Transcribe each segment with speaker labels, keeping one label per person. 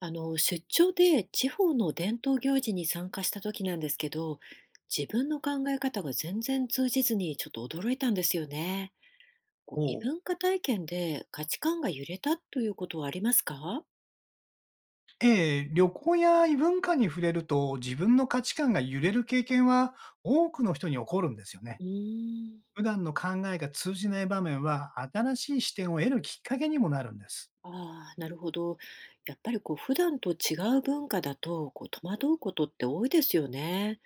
Speaker 1: 出張で地方の伝統行事に参加した時なんですけど、自分の考え方が全然通じずにちょっと驚いたんですよね。こう
Speaker 2: お
Speaker 1: 異
Speaker 2: う
Speaker 1: 文化体験で価値観が揺れたということはありますか？
Speaker 2: ええ、旅行や異文化に触れると自分の価値観が揺れる経験は多くの人に起こるんですよね。
Speaker 1: うーん。
Speaker 2: 普段の考えが通じない場面は新しい視点を得るきっかけにもなるんです。
Speaker 1: ああ、なるほど。やっぱりこう普段と違う文化だとこう戸惑うことって多いですよね。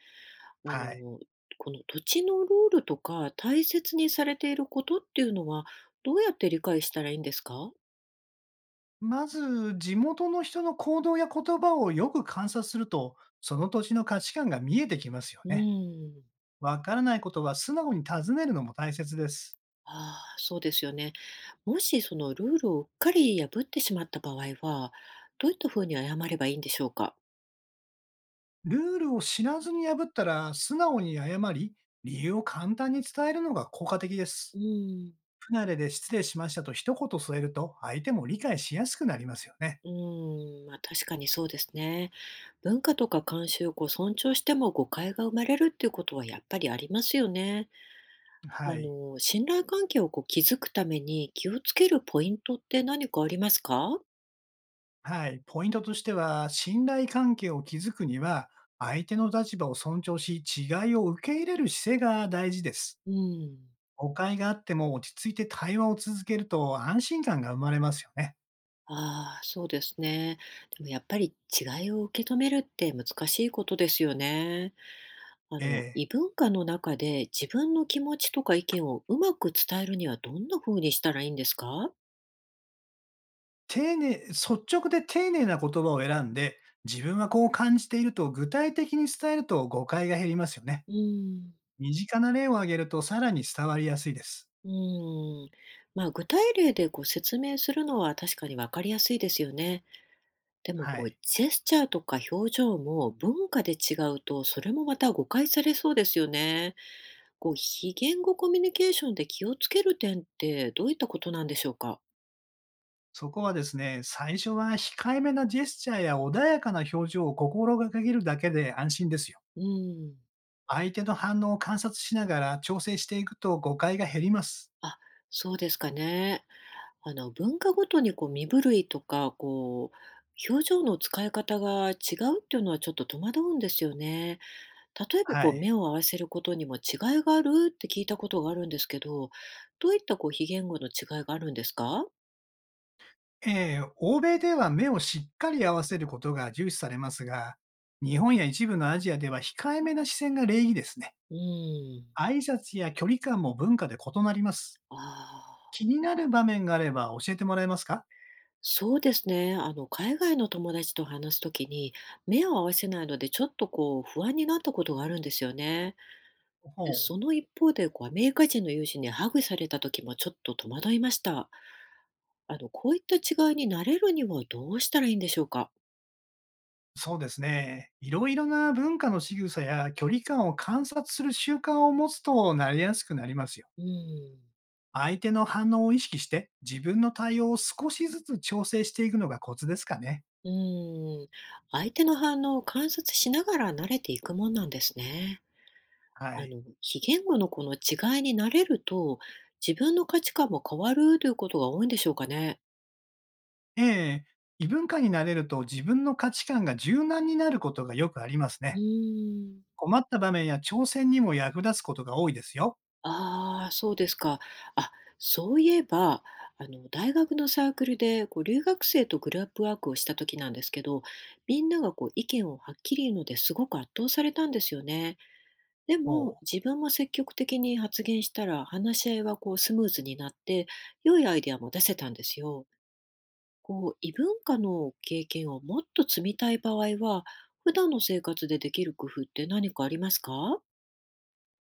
Speaker 1: あ
Speaker 2: はい。
Speaker 1: の、この土地のルールとか大切にされていることっていうのはどうやって理解したらいいんですか？
Speaker 2: まず、地元の人の行動や言葉をよく観察すると、その土地の価値観が見えてきますよ
Speaker 1: う
Speaker 2: ね。
Speaker 1: ん。
Speaker 2: わからないことは素直に尋ねるのも大切です。
Speaker 1: ああ、そうですよね。もしそのルールをうっかり破ってしまった場合は、どういったふうに謝ればいいんでしょうか。
Speaker 2: ルールを知らずに破ったら素直に謝り、理由を簡単に伝えるのが効果的です。
Speaker 1: うん、
Speaker 2: 不慣れで失礼しましたと一言添えると、相手も理解しやすくなりますよね。
Speaker 1: うまあ確かにそうですね。文化とか慣習をこう尊重しても誤解が生まれるっていうことはやっぱりありますよね。
Speaker 2: はい。
Speaker 1: 信頼関係をこう築くために気をつけるポイントって何かありますか？
Speaker 2: はい。ポイントとしては、信頼関係を築くには、相手の立場を尊重し、違いを受け入れる姿勢が大事です。
Speaker 1: うん。
Speaker 2: 誤解があっても落ち着いて対話を続けると安心感が生まれますよね。
Speaker 1: ああ、そうですね。でもやっぱり違いを受け止めるって難しいことですよね。あ
Speaker 2: え
Speaker 1: の、
Speaker 2: え
Speaker 1: 異文化の中で自分の気持ちとか意見をうまく伝えるにはどんな風にしたらいいんですか？
Speaker 2: 丁寧、率直で丁寧な言葉を選んで、自分はこう感じていると具体的に伝えると誤解が減りますよね。
Speaker 1: うん。
Speaker 2: 身近な例を挙げるとさらに伝わりやすいです。
Speaker 1: うん。まあ、具体例でこう説明するのは確かに分かりやすいですよね。でも
Speaker 2: は
Speaker 1: こう
Speaker 2: い。
Speaker 1: ジェスチャーとか表情も文化で違うとそれもまた誤解されそうですよね。こう非言語コミュニケーションで気をつける点ってどういったことなんでしょうか？
Speaker 2: そこはですね、最初は控えめなジェスチャーや穏やかな表情を心がけるだけで安心ですよ。
Speaker 1: うん。
Speaker 2: 相手の反応を観察しながら調整していくと誤解が減ります。
Speaker 1: あ、そうですかね。あの、文化ごとにこう身震いとか、こう、表情の使い方が違うっていうのはちょっと戸惑うんですよね。例えば
Speaker 2: は
Speaker 1: こう目
Speaker 2: い。
Speaker 1: を合わせることにも違いがあるって聞いたことがあるんですけど、どういったこう非言語の違いがあるんですか？
Speaker 2: 欧米では目をしっかり合わせることが重視されますが、日本や一部のアジアでは控えめな視線が礼儀ですね。
Speaker 1: うん。
Speaker 2: 挨拶や距離感も文化で異なります。
Speaker 1: ああ、
Speaker 2: 気になる場面があれば教えてもらえますか？
Speaker 1: そうですね。あの、海外の友達と話すときに目を合わせないのでちょっとこう不安になったことがあるんですよね。で
Speaker 2: ほう。
Speaker 1: その一方でこうアメリカ人の友人にハグされたときもちょっと戸惑いました。あの、こういった違いに慣れるにはどうしたらいいんでしょうか？
Speaker 2: そうですね。いろいろな文化の仕草や距離感を観察する習慣を持つとなりやすくなりますよ。
Speaker 1: うん。
Speaker 2: 相手の反応を意識して、自分の対応を少しずつ調整していくのがコツですかね。
Speaker 1: うん。相手の反応を観察しながら慣れていくもんなんですね。
Speaker 2: は
Speaker 1: あ
Speaker 2: い。
Speaker 1: の、非言語のこの違いに慣れると、自分の価値観も変わるということが多いんでしょうかね？
Speaker 2: ええ異文化になれると自分の価値観が柔軟になることがよくあります
Speaker 1: う
Speaker 2: ね。
Speaker 1: ーん。
Speaker 2: 困った場面や挑戦にも役立つことが多いですよ。
Speaker 1: ああ、そうですか。あ、そういえば、あの、大学のサークルで、こう、留学生とグループワークをした時なんですけど、みんながこう、意見をはっきり言うのですごく圧倒されたんですよね。でも、
Speaker 2: ほう。
Speaker 1: 自分も積極的に発言したら、話し合いはこうスムーズになって、良いアイデアも出せたんですよ。こう、異文化の経験をもっと積みたい場合は、普段の生活でできる工夫って何かありますか？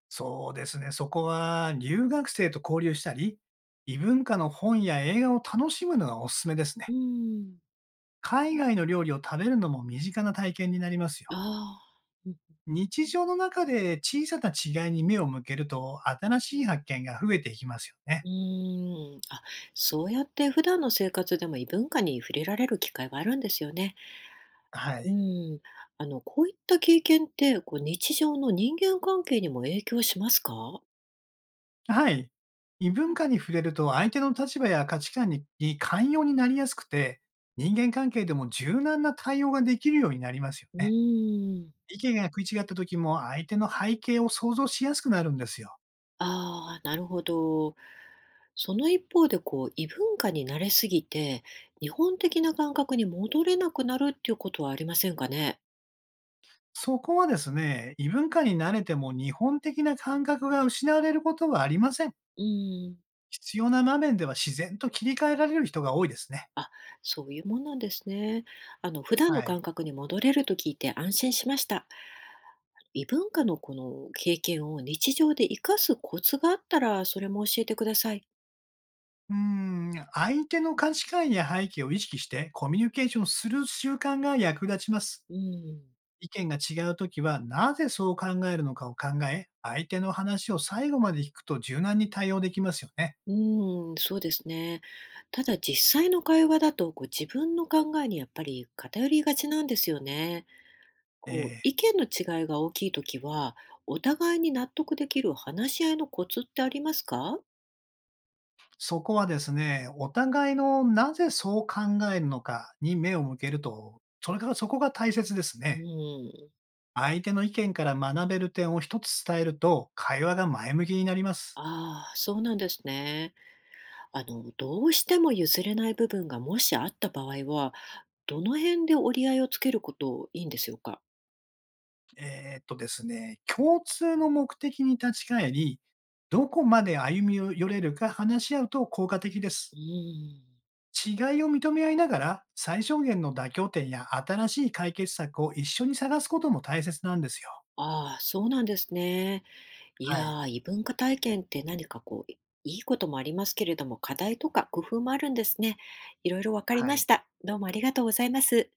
Speaker 2: そうですね、そこは留学生と交流したり、異文化の本や映画を楽しむのがおすすめです
Speaker 1: う
Speaker 2: ね。
Speaker 1: ん。
Speaker 2: 海外の料理を食べるのも身近な体験になりますよ。
Speaker 1: ああ。うん
Speaker 2: 日常の中で小さな違いに目を向けると、新しい発見が増えていきますよ
Speaker 1: う
Speaker 2: ね。
Speaker 1: ーん。あ、そうやって普段の生活でも異文化に触れられる機会があるんですよね。
Speaker 2: は
Speaker 1: う
Speaker 2: い。
Speaker 1: ん。あの、こういった経験って、こう、日常の人間関係にも影響しますか？
Speaker 2: はい。異文化に触れると、相手の立場や価値観にに寛容になりやすくて、人間関係でも柔軟な対応ができるようになりますよ
Speaker 1: うー
Speaker 2: ね。
Speaker 1: ん。
Speaker 2: 意見が食い違った時も、相手の背景を想像しやすくなるんですよ。
Speaker 1: ああ、なるほど。その一方で、こう、異文化に慣れすぎて、日本的な感覚に戻れなくなるっていうことはありませんかね？
Speaker 2: そこはですね、異文化に慣れても日本的な感覚が失われることはありません。
Speaker 1: うん。
Speaker 2: 必要な場面では自然と切り替えられる人が多いですね。
Speaker 1: あ、そういうもんなんですね。あの、普段の
Speaker 2: は
Speaker 1: 感
Speaker 2: い。
Speaker 1: 覚に戻れると聞いて安心しました。異文化のこの経験を日常で活かすコツがあったら、それも教えてください。
Speaker 2: うーん、相手の価値観や背景を意識してコミュニケーションする習慣が役立ちます。
Speaker 1: うん。
Speaker 2: 意見が違うときは、なぜそう考えるのかを考え、相手の話を最後まで聞くと柔軟に対応できますよね。
Speaker 1: うん、そうですね。ただ実際の会話だと、こう、自分の考えにやっぱり偏りがちなんですよね。こう、
Speaker 2: ええ
Speaker 1: 意見の違いが大きいときは、お互いに納得できる話し合いのコツってありますか？
Speaker 2: そこはですね、お互いのなぜそう考えるのかに目を向けると、それからそこが大切です
Speaker 1: う
Speaker 2: ね。
Speaker 1: ん。
Speaker 2: 相手の意見から学べる点を一つ伝えると、会話が前向きになります。
Speaker 1: ああ、そうなんですね。あの、どうしても譲れない部分がもしあった場合は、どの辺で折り合いをつけることいいんでしょうか？
Speaker 2: ですね、共通の目的に立ち返り、どこまで歩み寄れるか話し合うと効果的で
Speaker 1: う
Speaker 2: す。
Speaker 1: ん。
Speaker 2: 違いを認め合いながら、最小限の妥協点や新しい解決策を一緒に探すことも大切なんですよ。
Speaker 1: ああ、そうなんですね。い
Speaker 2: はい。
Speaker 1: やー、異文化体験って何かこう、いいいこともありますけれども、課題とか工夫もあるんですね。いろいろわかり
Speaker 2: は
Speaker 1: まし
Speaker 2: い。
Speaker 1: た。どうもありがとうございます。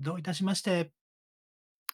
Speaker 2: どういたしまして。